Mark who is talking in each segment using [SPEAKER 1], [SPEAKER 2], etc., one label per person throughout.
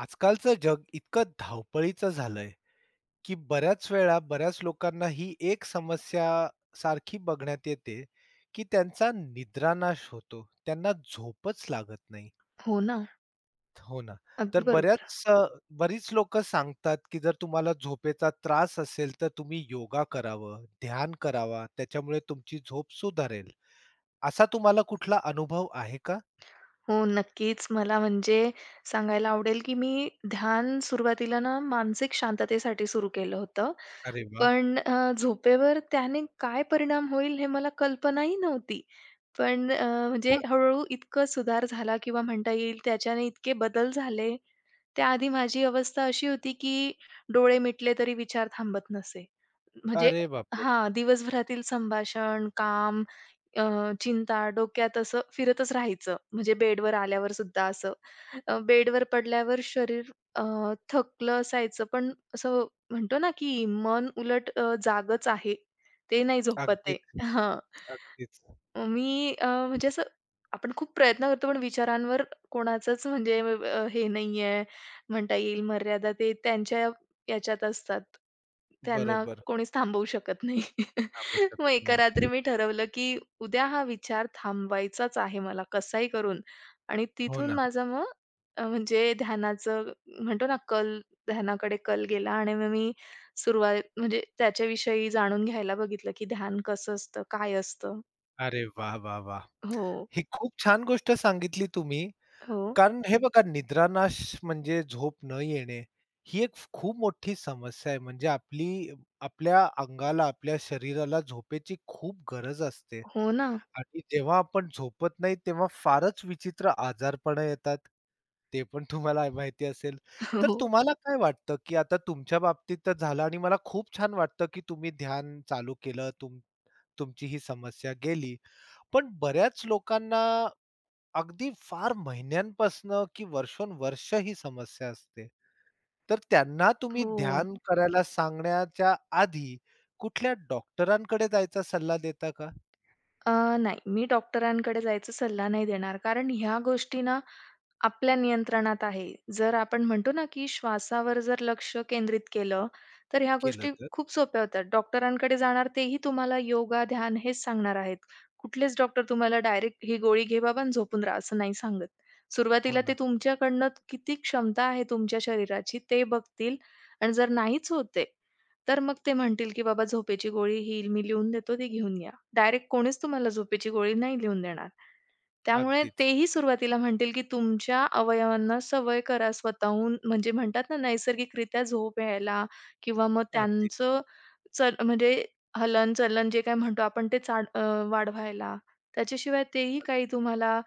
[SPEAKER 1] आजकालचं जग इतकं धावपळीचं झालंय, की बऱ्याच वेळा बऱ्याच लोकांना ही एक समस्या सारखी बघण्यात येते, की त्यांचा निद्रानाश होतो. त्यांना झोपच लागत नाही.
[SPEAKER 2] हो ना,
[SPEAKER 1] हो ना.
[SPEAKER 2] अगदी
[SPEAKER 1] तर
[SPEAKER 2] बरोबर.
[SPEAKER 1] बऱ्याच बरीच लोकं सांगतात, की जर तुम्हाला झोपेचा त्रास असेल, तर तुम्ही योगा करावं, ध्यान करावा, त्याच्यामुळे तुमची झोप सुधारेल. असा तुम्हाला कुठला अनुभव आहे का?
[SPEAKER 2] हो, नक्कीच. मला म्हणजे सांगायला आवडेल, की मी ध्यान सुरुवातीला ना मानसिक शांततेसाठी सुरू केलं होतं.
[SPEAKER 1] अरे वाह!
[SPEAKER 2] पण झोपेवर त्याने काय परिणाम होईल हे मला कल्पनाही नव्हती. पण म्हणजे हळू-हळू इतकं सुधार झाला किंवा म्हणता येईल त्याच्याने इतके बदल झाले. त्याआधी माझी अवस्था अशी होती, की डोळे मिटले तरी विचार थांबत नसे. म्हणजे
[SPEAKER 1] अरे बापरे!
[SPEAKER 2] हां, दिवसभरातील संभाषण, काम, अ, चिंता डोक्यात असं फिरतच राहायचं. म्हणजे बेडवर आल्यावर सुद्धा असं. बेडवर पडल्यावर शरीर अ, थकलं असायचं, पण असं म्हणतो ना, की मन उलट जागंच आहे. ते नाही झोपत आहे.
[SPEAKER 1] अगदीच,
[SPEAKER 2] हां.
[SPEAKER 1] अगदीच.
[SPEAKER 2] मी म्हणजे असं आपण खूप प्रयत्न करतो, पण विचारांवर कोणाचंच म्हणजे हे नाहीये म्हणता येईल मर्यादा. ते त्यांच्या याच्यात असतात. त्यांना
[SPEAKER 1] बरोबर.
[SPEAKER 2] कोणीच थांबवू शकत नाही.
[SPEAKER 1] थांबू
[SPEAKER 2] मग
[SPEAKER 1] शकत
[SPEAKER 2] एका रात्री
[SPEAKER 1] नाही.
[SPEAKER 2] मी ठरवलं, की उद्या हा विचार थांबवायचाच आहे मला कसाही करून. आणि
[SPEAKER 1] हो
[SPEAKER 2] तिथून
[SPEAKER 1] ना.
[SPEAKER 2] माझा मग म्हणजे ध्यानाचं म्हणतो ना कल, ध्यानाकडे कल गेला आणि मग मी सुरुवात म्हणजे त्याच्याविषयी जाणून घ्यायला बघितलं, की ध्यान कसं असतं? काय असतं?
[SPEAKER 1] अरे वाह, वाह, वाह!
[SPEAKER 2] हो,
[SPEAKER 1] ही खूप छान गोष्ट सांगितली तुम्ही.
[SPEAKER 2] हो.
[SPEAKER 1] कारण हे बघा निद्रानाश म्हणजे झोप न येणे, ही एक खूप मोठी समस्या आहे. म्हणजे आपली आपल्या अंगाला, आपल्या शरीराला झोपेची खूप गरज असते
[SPEAKER 2] हो ना.
[SPEAKER 1] आणि जेव्हा आपण झोपत नाही तेव्हा फारच विचित्र आजारपणं येतात. ते पण तुम्हाला माहिती असेल. तर
[SPEAKER 2] हो,
[SPEAKER 1] तुम्हाला काय वाटतं, की आता तुमच्या बाबतीत तर झालं आणि मला खूप छान वाटतं, की तुम्ही ध्यान चालू केलं. तुमची ही समस्या गेली. पण बऱ्याच लोकांना अगदी फार महिन्यांपासनं की वर्षोनवर्ष ही समस्या असते. तर त्यांना तुम्ही
[SPEAKER 2] हो.
[SPEAKER 1] ध्यान करायला सांगण्याच्या आधी कुठल्या डॉक्टरांकडे जायचा सल्ला देता का?
[SPEAKER 2] अ, नाही, मी डॉक्टरांकडे जायचा सल्ला नाही देणार. कारण ह्या गोष्टी ना आपल्या नियंत्रणात आहे. जर आपण म्हणतो ना, की श्वासावर जर लक्ष केंद्रित केलं, तर ह्या
[SPEAKER 1] केलं
[SPEAKER 2] गोष्टी
[SPEAKER 1] तर?
[SPEAKER 2] खूप सोप्या होतात. डॉक्टरांकडे जाणार तेही तुम्हाला योगा, ध्यान हेच सांगणार आहेत. कुठलेच डॉक्टर तुम्हाला डायरेक्ट ही गोळी घे बाबा आणि झोपून राहा असं नाही सांगत.
[SPEAKER 1] हो
[SPEAKER 2] सुरुवातीला ते
[SPEAKER 1] ना.
[SPEAKER 2] तुमच्याकडनं किती क्षमता आहे तुमच्या शरीराची ते बघतील आणि जर नाहीच होत तर मग ते म्हणतील, की "बाबा झोपेची गोळी ही मी लिहून देतो, ती घेऊन या." डायरेक्ट कोणीच तुम्हाला झोपेची गोळी नाही लिहून देणार. त्यामुळे
[SPEAKER 1] अगदीच,
[SPEAKER 2] तेही सुरुवातीला म्हणतील, की तुमच्या अवयवांना सवय करा स्वतःहून म्हणजे म्हणतात ना नैसर्गिकरित्या झोप यायला, किंवा मग
[SPEAKER 1] अगदीच.
[SPEAKER 2] त्यांचं चल म्हणजे हलन-चलन जे काय म्हणतो आपण ते चाड वाढवायला. त्याच्याशिवाय तेही काही तुम्हाला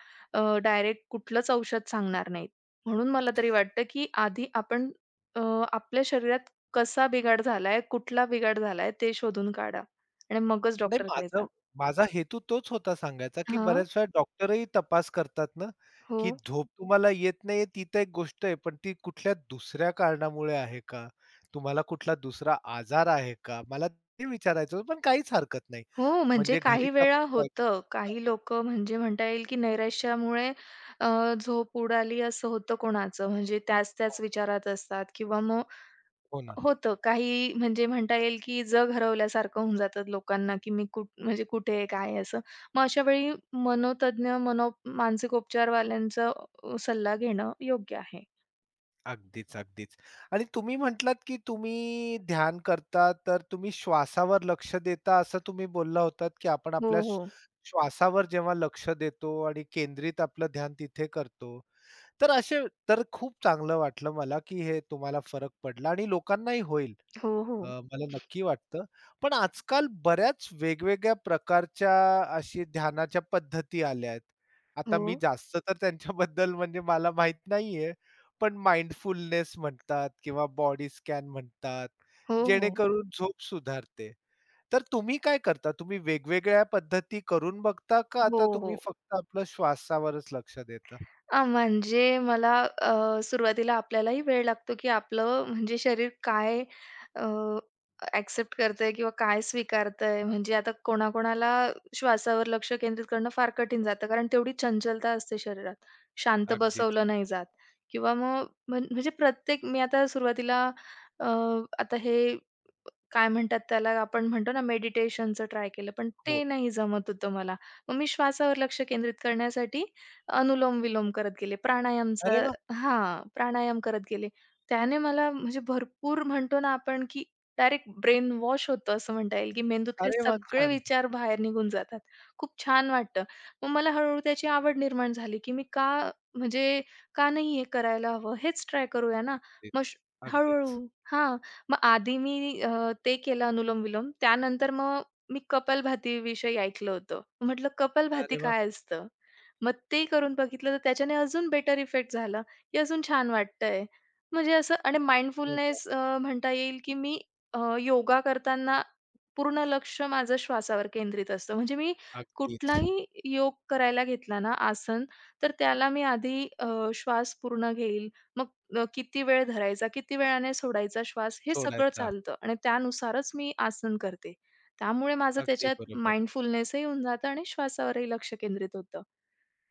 [SPEAKER 2] डायरेक्ट कुठलंच औषध सांगणार नाहीत. म्हणून मला तरी वाटतं, की आधी आपण अ, आपल्या शरीरात कसा बिघाड झालाय, कुठला बिघाड झालाय ते शोधून काढा आणि मगच
[SPEAKER 1] नाही
[SPEAKER 2] डॉक्टरकडे जा.
[SPEAKER 1] माझा हेतू तोच होता सांगायचा, की
[SPEAKER 2] हां.
[SPEAKER 1] बऱ्याच वेळा डॉक्टरही तपास करतात ना,
[SPEAKER 2] हो.
[SPEAKER 1] की झोप तुम्हाला येत नाहीये ती तर एक गोष्ट आहे, पण ती कुठल्या दुसऱ्या कारणामुळे आहे का? तुम्हाला कुठला दुसरा आजार आहे का? मला ते विचारायचं होतं, पण काहीच हरकत नाही.
[SPEAKER 2] हो, म्हणजे
[SPEAKER 1] म्हणजे
[SPEAKER 2] काही
[SPEAKER 1] घरीच
[SPEAKER 2] वेळा
[SPEAKER 1] आपण काय
[SPEAKER 2] होतं. काही लोकं म्हणजे म्हणता येईल, की नैराश्यामुळे अ, झोप उडाली असं होतं कोणाचं. म्हणजे त्याच-त्याच
[SPEAKER 1] हो,
[SPEAKER 2] विचारात असतात किंवा मग
[SPEAKER 1] हो ना.
[SPEAKER 2] होतं काही म्हणजे म्हणता येईल, की जग हरवल्यासारखं होऊन जातात लोकांना, की मी कुठ म्हणजे कुठे आहे, काय आहे असं. मग अशा वेळी मनोतज्ञ, मनो मानसिक उपचारवाल्यांचा सल्ला घेणं योग्य आहे.
[SPEAKER 1] अगदीच, अगदीच. आणि तुम्ही म्हटलात, की तुम्ही ध्यान करता, तर तुम्ही श्वासावर लक्ष देता असं तुम्ही बोलला होतात, की आपण
[SPEAKER 2] हो,
[SPEAKER 1] आपल्या
[SPEAKER 2] हो.
[SPEAKER 1] श्वासावर जेव्हा लक्ष देतो आणि केंद्रित आपलं ध्यान तिथे करतो. तर असे तर खूप चांगलं वाटलं मला, की हे तुम्हाला फरक पडला आणि लोकांनाही होईल.
[SPEAKER 2] हो, हो.
[SPEAKER 1] मला नक्की वाटतं. पण आजकाल बऱ्याच वेगवेगळ्या प्रकारच्या अशी ध्यानाच्या पद्धती आल्या आहेत. आता
[SPEAKER 2] हो.
[SPEAKER 1] मी जास्त तर त्यांच्याबद्दल म्हणजे मला माहीत नाहीये. पण माइंडफुलनेस म्हणतात किंवा बॉडी स्कॅन म्हणतात,
[SPEAKER 2] हो, हो.
[SPEAKER 1] जेणेकरून झोप सुधारते. तर तुम्ही काय करता? तुम्ही वेगवेगळ्या पद्धती करून बघता का
[SPEAKER 2] हो,
[SPEAKER 1] आता
[SPEAKER 2] हो.
[SPEAKER 1] तुम्ही फक्त आपलं श्वासावरच लक्ष देता?
[SPEAKER 2] म्हणजे मला सुरुवातीला आपल्यालाही वेळ लागतो, की आपलं म्हणजे शरीर काय अ, ॲक्सेप्ट करतंय किंवा काय स्वीकारतंय. म्हणजे आता कोणाकोणाला श्वासावर लक्ष केंद्रित करणं फार कठीण जातं, कारण तेवढी चंचलता असते शरीरात. शांत
[SPEAKER 1] अगदीच.
[SPEAKER 2] बसवलं नाही जात किंवा मग म्हण म्हणजे प्रत्येक मी आता सुरुवातीला अ, आता हे काय म्हणतात त्याला आपण म्हणतो ना मेडिटेशनचं ट्राय केलं, पण ते
[SPEAKER 1] हो.
[SPEAKER 2] नाही जमत होतं मला. मग मी श्वासावर लक्ष केंद्रित करण्यासाठी अनुलोम-विलोम करत गेले. प्राणायामचा,
[SPEAKER 1] अरे वाह!
[SPEAKER 2] हां, प्राणायाम करत गेले. त्याने मला म्हणजे भरपूर म्हणतो ना आपण, की डायरेक्ट ब्रेन वॉश होतं असं म्हणता येईल, की मेंदूतले
[SPEAKER 1] अरे वाह!
[SPEAKER 2] सगळे
[SPEAKER 1] छान.
[SPEAKER 2] विचार बाहेर निघून जातात. खूप छान वाटतं. मग मला हळूहळू त्याची आवड निर्माण झाली, की मी का म्हणजे का नाही हे करायला हवं? हेच ट्राय करूया ना.
[SPEAKER 1] अगदीच.
[SPEAKER 2] मग श
[SPEAKER 1] अगदीच.
[SPEAKER 2] हळूहळू हां, मग आधी मी ते केलं अनुलोम-विलोम. त्यानंतर मग मी कपालभातीविषयी ऐकलं होतं. म्हटलं कपालभाती
[SPEAKER 1] अरे वाह!
[SPEAKER 2] काय असतं? मग ते करून बघितलं तर त्याच्याने अजून बेटर इफेक्ट झाला, की अजून छान वाटतंय. म्हणजे असं, आणि
[SPEAKER 1] अरे वाह!
[SPEAKER 2] माइंडफुलनेस म्हणता येईल, की मी योगा करताना पूर्ण लक्ष माझं श्वासावर केंद्रित असतं. म्हणजे मी
[SPEAKER 1] अगदीच.
[SPEAKER 2] कुठलाही योग करायला घेतला ना आसन, तर त्याला मी आधी श्वास पूर्ण घेईल. मग किती वेळ धरायचा, किती वेळाने सोडायचा श्वास हे सगळं
[SPEAKER 1] सोडायचा.
[SPEAKER 2] चालतं आणि त्यानुसारच मी आसन करते. त्यामुळे माझं
[SPEAKER 1] अगदी
[SPEAKER 2] त्याच्यात
[SPEAKER 1] बरोबर.
[SPEAKER 2] माइंडफुलनेसही होऊन जातं आणि श्वासावरही लक्ष केंद्रित होतं.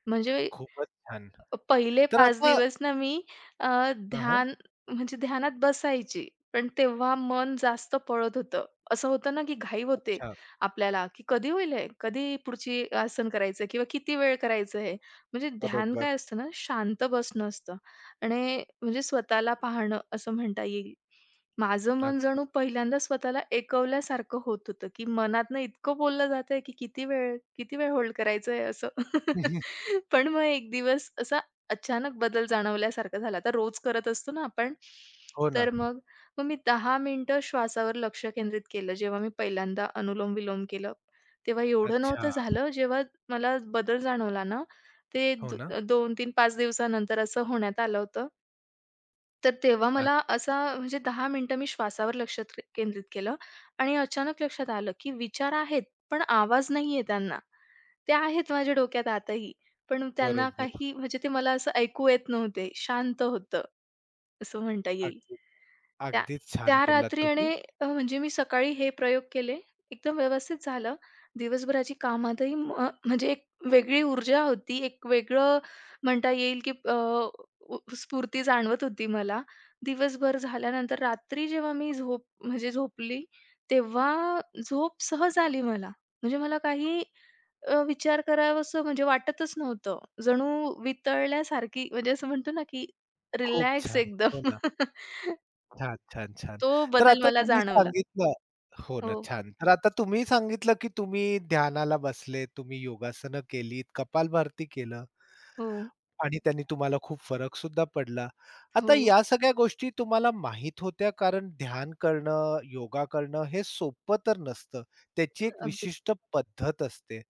[SPEAKER 2] म्हणजे
[SPEAKER 1] खूपच छान.
[SPEAKER 2] पहिले
[SPEAKER 1] तर
[SPEAKER 2] 5
[SPEAKER 1] आता
[SPEAKER 2] दिवस ना मी
[SPEAKER 1] हां, हां.
[SPEAKER 2] ध्यान म्हणजे ध्यानात बसायची. पण तेव्हा मन जास्त पळत होतं. असं होतं ना, की घाई होते
[SPEAKER 1] अच्छा.
[SPEAKER 2] आपल्याला, की कधी होईल हे? कधी पुढची आसन करायचं किंवा किती वेळ करायचं हे? म्हणजे ध्यान
[SPEAKER 1] बरोबर.
[SPEAKER 2] काय असतं ना, शांत बसणं असतं आणि म्हणजे स्वतःला पाहणं असं म्हणता येईल. माझं मन
[SPEAKER 1] अगदी.
[SPEAKER 2] जणू पहिल्यांदा स्वतःला एकवल्यासारखं होत होतं, की मनातनं इतकं बोललं जातंय, की किती वेळ, किती वेळ होल्ड करायचंय असं. पण मग एक दिवस असं अचानक बदल जाणवल्यासारखा झाला. आता रोज करत असतो ना आपण,
[SPEAKER 1] हो ना.
[SPEAKER 2] तर मग मग मी 10 मिनिटं श्वासावर लक्ष केंद्रित केलं. जेव्हा मी पहिल्यांदा अनुलोम-विलोम केलं, तेव्हा एवढं
[SPEAKER 1] अच्छा.
[SPEAKER 2] नव्हतं झालं. जेव्हा मला बदल जाणवला ना, ते
[SPEAKER 1] हो
[SPEAKER 2] द
[SPEAKER 1] ना.
[SPEAKER 2] 2, 3, 5 दिवसानंतर असं होण्यात आलं होतं. तर तेव्हा
[SPEAKER 1] अ,
[SPEAKER 2] मला असा म्हणजे दहा मिनिटं मी श्वासावर लक्ष त्रे केंद्रित केलं आणि अचानक लक्षात आलं, की विचार आहेत, पण आवाज नाहीये त्यांना. ते आहेत माझ्या डोक्यात आताही, पण त्यांना
[SPEAKER 1] बरोबर.
[SPEAKER 2] काही म्हणजे ते मला असं ऐकू येत नव्हते. शांत होतं, असं म्हणता येईल.
[SPEAKER 1] अगदी,
[SPEAKER 2] त्या
[SPEAKER 1] अगदीच छान
[SPEAKER 2] त्या
[SPEAKER 1] बोललात
[SPEAKER 2] रात्री
[SPEAKER 1] तुम्ही.
[SPEAKER 2] आणि म्हणजे मी सकाळी हे प्रयोग केले. एकदम व्यवस्थित झालं. दिवसभराची कामातही म म्हणजे एक वेगळी ऊर्जा होती, एक वेगळं म्हणता येईल की उ स्फूर्ती जाणवत होती मला. दिवसभर झाल्यानंतर रात्री जेव्हा मी झोप म्हणजे झोपली, तेव्हा झोप सहज आली मला. म्हणजे मला काही विचार करावासं म्हणजे वाटतच नव्हतं. जणू वितळल्यासारखी म्हणजे असं म्हणतो ना की
[SPEAKER 1] खूप
[SPEAKER 2] रिलॅक्स
[SPEAKER 1] छान.
[SPEAKER 2] एकदम.
[SPEAKER 1] हो ना. छान, छान, छान.
[SPEAKER 2] तो
[SPEAKER 1] तर
[SPEAKER 2] बदल
[SPEAKER 1] आता
[SPEAKER 2] मला
[SPEAKER 1] तुम्ही
[SPEAKER 2] जाणवला.
[SPEAKER 1] सांगितलं हो ना,
[SPEAKER 2] हो,
[SPEAKER 1] छान. तर आता तुम्ही सांगितलं, की तुम्ही ध्यानाला बसले, तुम्ही योगासनं केलीत, कपालभाती केलं.
[SPEAKER 2] हो,
[SPEAKER 1] आणि त्यांनी तुम्हाला खूप फरक सुद्धा पडला.
[SPEAKER 2] हो.
[SPEAKER 1] आता या सगळ्या गोष्टी तुम्हाला माहीत होत्या कारण ध्यान करणं, योगा करणं हे सोपं तर नसतं. त्याची एक
[SPEAKER 2] अगदी.
[SPEAKER 1] विशिष्ट पद्धत असते.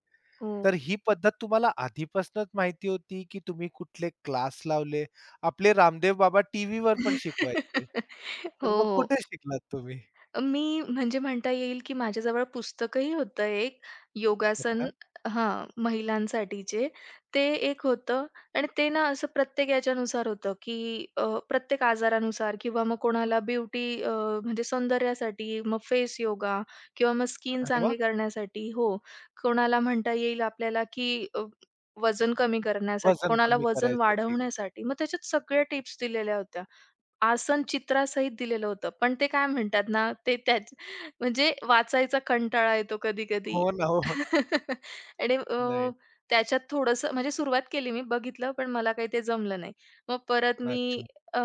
[SPEAKER 2] हो.
[SPEAKER 1] तर ही पद्धत तुम्हाला आधीपासूनच माहिती होती, की तुम्ही कुठले क्लास लावले? आपले रामदेव बाबा टीव्हीवर पण शिकवायचे.
[SPEAKER 2] हो,
[SPEAKER 1] तर मग
[SPEAKER 2] हो.
[SPEAKER 1] कुठे शिकलात तुम्ही?
[SPEAKER 2] मी म्हणजे म्हणता येईल, की माझ्याजवळ पुस्तकही होतं एक योगासन,
[SPEAKER 1] अच्छा.
[SPEAKER 2] हां, महिलांसाठीचे. ते एक होतं आणि ते ना असं प्रत्येक याच्यानुसार होतं, की प्रत्येक आजारानुसार किंवा मग कोणाला ब्युटी म्हणजे सौंदर्यासाठी, मग फेस योगा किंवा मग स्किन
[SPEAKER 1] अरे वाह!
[SPEAKER 2] चांगली करण्यासाठी हो. कोणाला म्हणता येईल आपल्याला, की वजन कमी करण्यासाठी,
[SPEAKER 1] वजन
[SPEAKER 2] कोणाला
[SPEAKER 1] कमी
[SPEAKER 2] वजन
[SPEAKER 1] करायसाठी.
[SPEAKER 2] वाढवण्यासाठी. मग त्याच्यात सगळ्या टिप्स दिलेल्या होत्या. आसन चित्रासहित दिलेलं होतं. पण ते काय म्हणतात ना, ते त्याच म्हणजे वाचायचा कंटाळा येतो कधी-कधी.
[SPEAKER 1] हो ना, हो.
[SPEAKER 2] आणि
[SPEAKER 1] नाही.
[SPEAKER 2] त्याच्यात थोडंसं म्हणजे सुरुवात केली मी, बघितलं पण मला काही ते जमलं नाही. मग परत मी
[SPEAKER 1] अच्छा.
[SPEAKER 2] अ,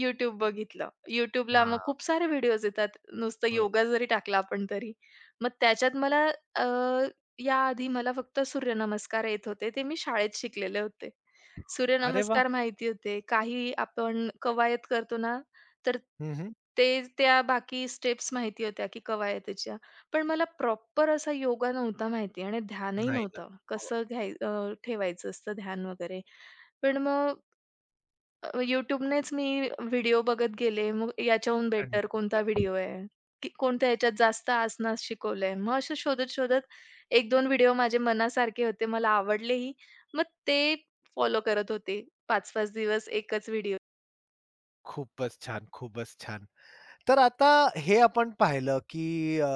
[SPEAKER 2] YouTube बघितलं. YouTubeला मग
[SPEAKER 1] हां.
[SPEAKER 2] खूप सारे व्हिडिओज येतात. नुसतं
[SPEAKER 1] हो.
[SPEAKER 2] योगा जरी टाकला आपण तरी. मग त्याच्यात मला अ, याआधी मला फक्त सूर्यनमस्कार येत होते. ते मी शाळेत शिकलेले होते.
[SPEAKER 1] अरे वाह!
[SPEAKER 2] सूर्यनमस्कार माहिती होते. काही आपण कवायत करतो ना, तर
[SPEAKER 1] हं, हं.
[SPEAKER 2] ते त्या बाकी स्टेप्स माहिती होत्या की कवायतीच्या. पण मला प्रॉपर असा योगा नव्हता माहिती आणि ध्यानही
[SPEAKER 1] नाही ना.
[SPEAKER 2] नव्हतं.
[SPEAKER 1] हो.
[SPEAKER 2] कसं घ्याय ठेवायचं असतं ध्यान वगैरे. पण मग YouTubeनेच मी व्हिडिओ बघत गेले. मग याच्याहून
[SPEAKER 1] आणि
[SPEAKER 2] बेटर कोणता
[SPEAKER 1] शिकलात.
[SPEAKER 2] व्हिडिओ आहे? की कोणत्या ह्याच्यात जास्त आसनास शिकवलंय? मग असं शोधत-शोधत एक दोन व्हिडिओ माझे मनासारखे होते. मला आवडलेही. मग ते फॉलो करत होते. पाच पाच दिवस एकच व्हिडिओ.
[SPEAKER 1] खूपच छान, खूपच छान. तर आता हे आपण पाहिलं, की अ,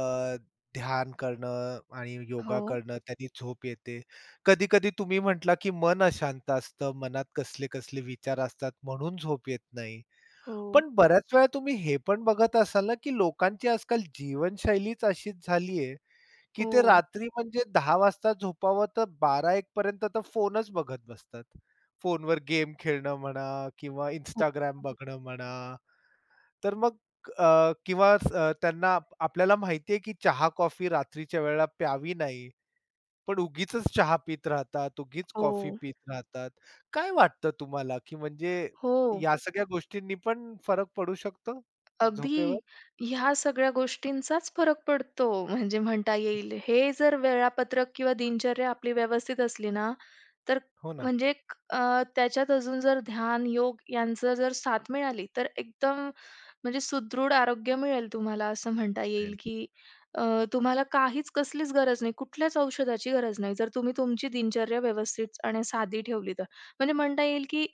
[SPEAKER 1] ध्यान करणं आणि योगा
[SPEAKER 2] हो,
[SPEAKER 1] करणं त्यांनी झोप येते. कधी-कधी तुम्ही म्हटला, की मन अशांत असतं, मनात कसले-कसले विचार असतात म्हणून झोप येत नाही.
[SPEAKER 2] हो,
[SPEAKER 1] पण बऱ्याच वेळा तुम्ही हे पण बघत असाल ना, की लोकांची आजकाल जीवनशैलीच अशीच झाली की ते
[SPEAKER 2] हो,
[SPEAKER 1] रात्री म्हणजे 10 वाजता झोपावं तर 12-1 पर्यंत तर फोनच बघत बसतात. फोनवर गेम खेळणं म्हणा किंवा
[SPEAKER 2] हो,
[SPEAKER 1] इंस्टाग्राम बघणं म्हणा. तर मग अ, किंवा स- अ, त्यांना आपल्याला माहिती आहे की चहा-कॉफी रात्रीच्या वेळेला प्यावी नाही. पण उगीचच चहा पीत राहतात, उगीच कॉफी
[SPEAKER 2] हो,
[SPEAKER 1] पीत राहतात. काय वाटतं तुम्हाला की म्हणजे
[SPEAKER 2] हो.
[SPEAKER 1] या सगळ्या गोष्टींनी पण फरक पडू शकतो झोपेवर?
[SPEAKER 2] अगदी. ह्या सगळ्या गोष्टींचाच फरक पडतो म्हणजे म्हणता येईल. हे जर वेळापत्रक किंवा दिनचर्या आपली व्यवस्थित असली ना, तर
[SPEAKER 1] हो ना.
[SPEAKER 2] म्हणजे अ, त्याच्यात अजून जर ध्यान, योग यांचं जर साथ मिळाली, तर एकदम म्हणजे सुदृढ आरोग्य मिळेल तुम्हाला असं म्हणता येईल,
[SPEAKER 1] पडेल.
[SPEAKER 2] की अ, तुम्हाला काहीच कसलीच गरज नाही, कुठल्याच औषधाची गरज नाही. जर तुम्ही तुमची दिनचर्या व्यवस्थित आणि साधी ठेवली तर. म्हणजे म्हणता येईल, की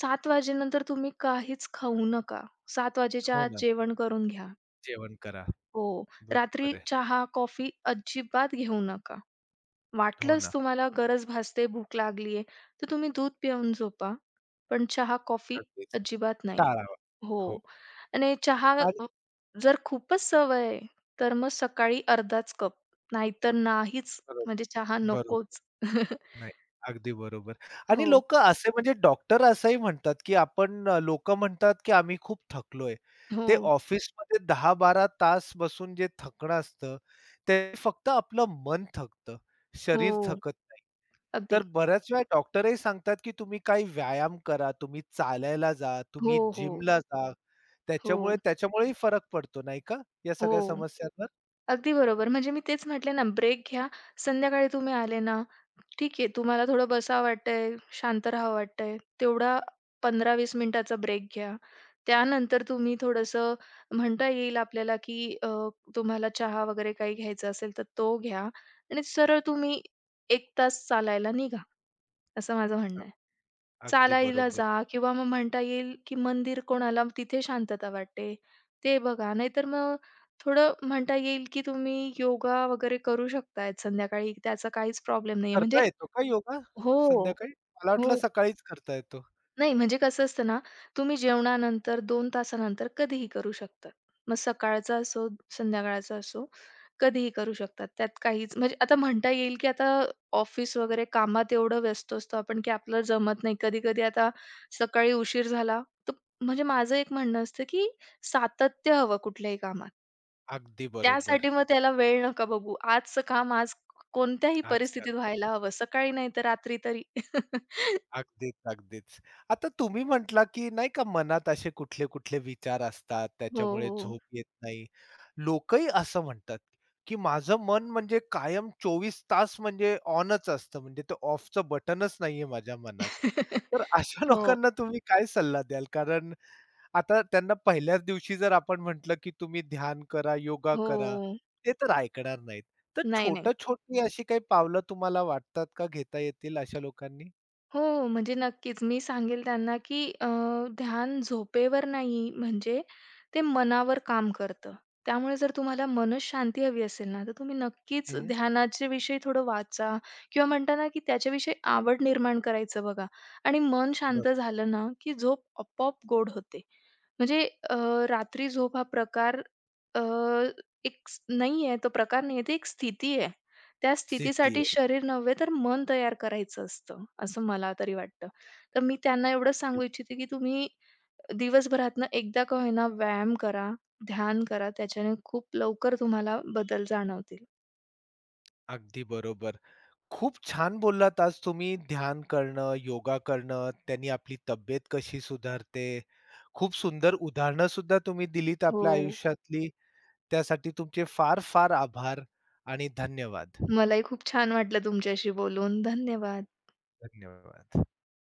[SPEAKER 2] 7:00 वाजेनंतर तुम्ही काहीच खाऊ नका. 7:00 वाजेच्या
[SPEAKER 1] हो
[SPEAKER 2] आत
[SPEAKER 1] ना.
[SPEAKER 2] जेवण करून घ्या.
[SPEAKER 1] जेवण करा.
[SPEAKER 2] हो. रात्री
[SPEAKER 1] बरोबर आहे.
[SPEAKER 2] चहा, कॉफी अजिबात घेऊ नका.
[SPEAKER 1] हो
[SPEAKER 2] वाटलंच
[SPEAKER 1] ना.
[SPEAKER 2] तुम्हाला गरज भासते, भूक लागली तर तुम्ही दूध पिऊन झोपा, पण चहा, कॉफी
[SPEAKER 1] अगदीच.
[SPEAKER 2] अजिबात नाही.
[SPEAKER 1] टाळावा.
[SPEAKER 2] हो.
[SPEAKER 1] हो.
[SPEAKER 2] आणि चहा
[SPEAKER 1] आणि
[SPEAKER 2] जर खूपच सवय आहे, तर मग सकाळी अर्धाच कप, नाहीतर नाहीच.
[SPEAKER 1] बरोबर,
[SPEAKER 2] म्हणजे चहा
[SPEAKER 1] बरोबर.
[SPEAKER 2] नकोच.
[SPEAKER 1] नाही, अगदी बरोबर. आणि
[SPEAKER 2] हो,
[SPEAKER 1] लोकं असे म्हणजे डॉक्टर असंही म्हणतात, की आपण लोकं म्हणतात, की आम्ही खूप थकलोय.
[SPEAKER 2] हो,
[SPEAKER 1] ते ऑफिसमध्ये 10-12 तास बसून जे थकणं असतं, ते फक्त आपलं मन थकतं, शरीर
[SPEAKER 2] हो.
[SPEAKER 1] थकत नाही.
[SPEAKER 2] अगदी.
[SPEAKER 1] तर बऱ्याच वेळा डॉक्टरही सांगतात, की तुम्ही काही व्यायाम करा, तुम्ही चालायला जा,
[SPEAKER 2] हो,
[SPEAKER 1] तुम्ही
[SPEAKER 2] हो,
[SPEAKER 1] जिमला जा.
[SPEAKER 2] हो,
[SPEAKER 1] त्याच्यामुळेही फरक पडतो नाही का, या सगळ्या
[SPEAKER 2] हो.
[SPEAKER 1] समस्यांवर?
[SPEAKER 2] अगदी बरोबर. म्हणजे मी तेच म्हटले ना, ब्रेक घ्या. संध्याकाळी तुम्ही आले ना, ठीक आहे, तुम्हाला थोडं बसावं वाटतंय, शांत राहावं वाटतंय, तेवढा 15-20 मिनिटाचा ब्रेक घ्या. त्यानंतर तुम्ही थोडंसं म्हणता येईल आपल्याला, की तुम्हाला चहा वगैरे काही घ्यायचा असेल, तर तो घ्या आणि सरळ तुम्ही 1 तास चालायला निघा, असं माझं
[SPEAKER 1] अ,
[SPEAKER 2] म्हणणं आहे.
[SPEAKER 1] अगदी
[SPEAKER 2] चालायला
[SPEAKER 1] बरोबर.
[SPEAKER 2] जा किंवा मग म्हणता येईल, की मंदिर कोणाला तिथे शांतता वाटते, ते बघा. नाहीतर मग थोडं म्हणता येईल, की तुम्ही योगा वगैरे करू शकतायत संध्याकाळी. त्याचा काहीच प्रॉब्लेम नाहीये. म्हणजे
[SPEAKER 1] करता येतो का योगा
[SPEAKER 2] हो,
[SPEAKER 1] संध्याकाळी? मला वाटलं
[SPEAKER 2] हो.
[SPEAKER 1] सकाळीच करता येतो.
[SPEAKER 2] नाही, म्हणजे कसं असतं ना, तुम्ही जेवणानंतर 2 तासानंतर कधीही करू शकता. मग सकाळचा असो, संध्याकाळचा असो, कधीही करू शकतात. त्यात काहीच म्हणजे आता म्हणता येईल, की आता ऑफिस वगैरे कामात एवढं व्यस्त असतो आपण, की आपल्याला जमत नाही. कधी-कधी आता सकाळी उशीर झाला, तर म्हणजे माझं एक म्हणणं असतं, की सातत्य हवं कुठल्याही कामात.
[SPEAKER 1] अगदी
[SPEAKER 2] त्यासाठी
[SPEAKER 1] बरोबर.
[SPEAKER 2] मग त्याला वेळ नका बघू. आजचं काम आज कोणत्याही
[SPEAKER 1] आजकाल
[SPEAKER 2] परिस्थितीत व्हायला हवं. सकाळी नाही तर रात्री तरी.
[SPEAKER 1] अगदीच, अगदीच. आता तुम्ही म्हटला, की नाही का मनात असे कुठले-कुठले विचार असतात,
[SPEAKER 2] हो,
[SPEAKER 1] त्याच्यामुळे
[SPEAKER 2] हो.
[SPEAKER 1] झोप येत नाही. लोकही असं म्हणतात, की माझं मन म्हणजे कायम 24 तास म्हणजे ऑनच असतं, म्हणजे ते ऑफचं बटनच नाहीये माझ्या मनात. तर अशा
[SPEAKER 2] हो,
[SPEAKER 1] लोकांना तुम्ही काय सल्ला द्याल? कारण आता त्यांना पहिल्याच दिवशी जर आपण म्हटलं, की तुम्ही ध्यान करा, योगा
[SPEAKER 2] हो.
[SPEAKER 1] करा, ते तर ऐकणार नाहीत. तर
[SPEAKER 2] नाही, नाही.
[SPEAKER 1] छोटी-छोटी अशी काही पावलं तुम्हाला वाटतात का घेता येतील अशा लोकांनी?
[SPEAKER 2] हो, म्हणजे नक्कीच मी सांगेल त्यांना, की ध्यान झोपेवर नाही, म्हणजे ते मनावर काम करतं. त्यामुळे जर तुम्हाला मनःशांती हवी असेल ना, तर तुम्ही नक्कीच
[SPEAKER 1] हं,
[SPEAKER 2] ध्यानाच्या विषयी थोडं वाचा किंवा म्हणता ना, की त्याच्याविषयी आवड निर्माण करायचं बघा आणि मन शांत
[SPEAKER 1] बरोबर.
[SPEAKER 2] झालं ना, की झोप आपोआप गोड होते. म्हणजे अ, रात्री झोप हा प्रकार अ, एक स नाहीये, तो प्रकार नाहीये, ती एक स्थिती आहे. त्या
[SPEAKER 1] स्थिती
[SPEAKER 2] स्थितीसाठी
[SPEAKER 1] आहे.
[SPEAKER 2] शरीर नव्हे तर मन तयार करायचं असतं, असं मला तरी वाटतं. तर मी त्यांना एवढंच
[SPEAKER 1] स्थिती.
[SPEAKER 2] सांगू इच्छिते, की तुम्ही दिवसभरातनं एकदा का होईना व्यायाम करा, ध्यान करा. त्याच्याने खूप लवकर तुम्हाला बदल जाणवतील.
[SPEAKER 1] अगदी बरोबर. खूप छान बोललात आज तुम्ही ध्यान करणं, योगा करणं, त्यांनी आपली तब्येत कशी सुधारते. खूप सुंदर उदाहरणं सुद्धा तुम्ही दिलीत आपल्या
[SPEAKER 2] हो.
[SPEAKER 1] आयुष्यातली. त्यासाठी तुमचे फार-फार आभार आणि धन्यवाद.
[SPEAKER 2] मलाही खूप छान वाटलं तुमच्याशी बोलून. धन्यवाद.
[SPEAKER 1] धन्यवाद.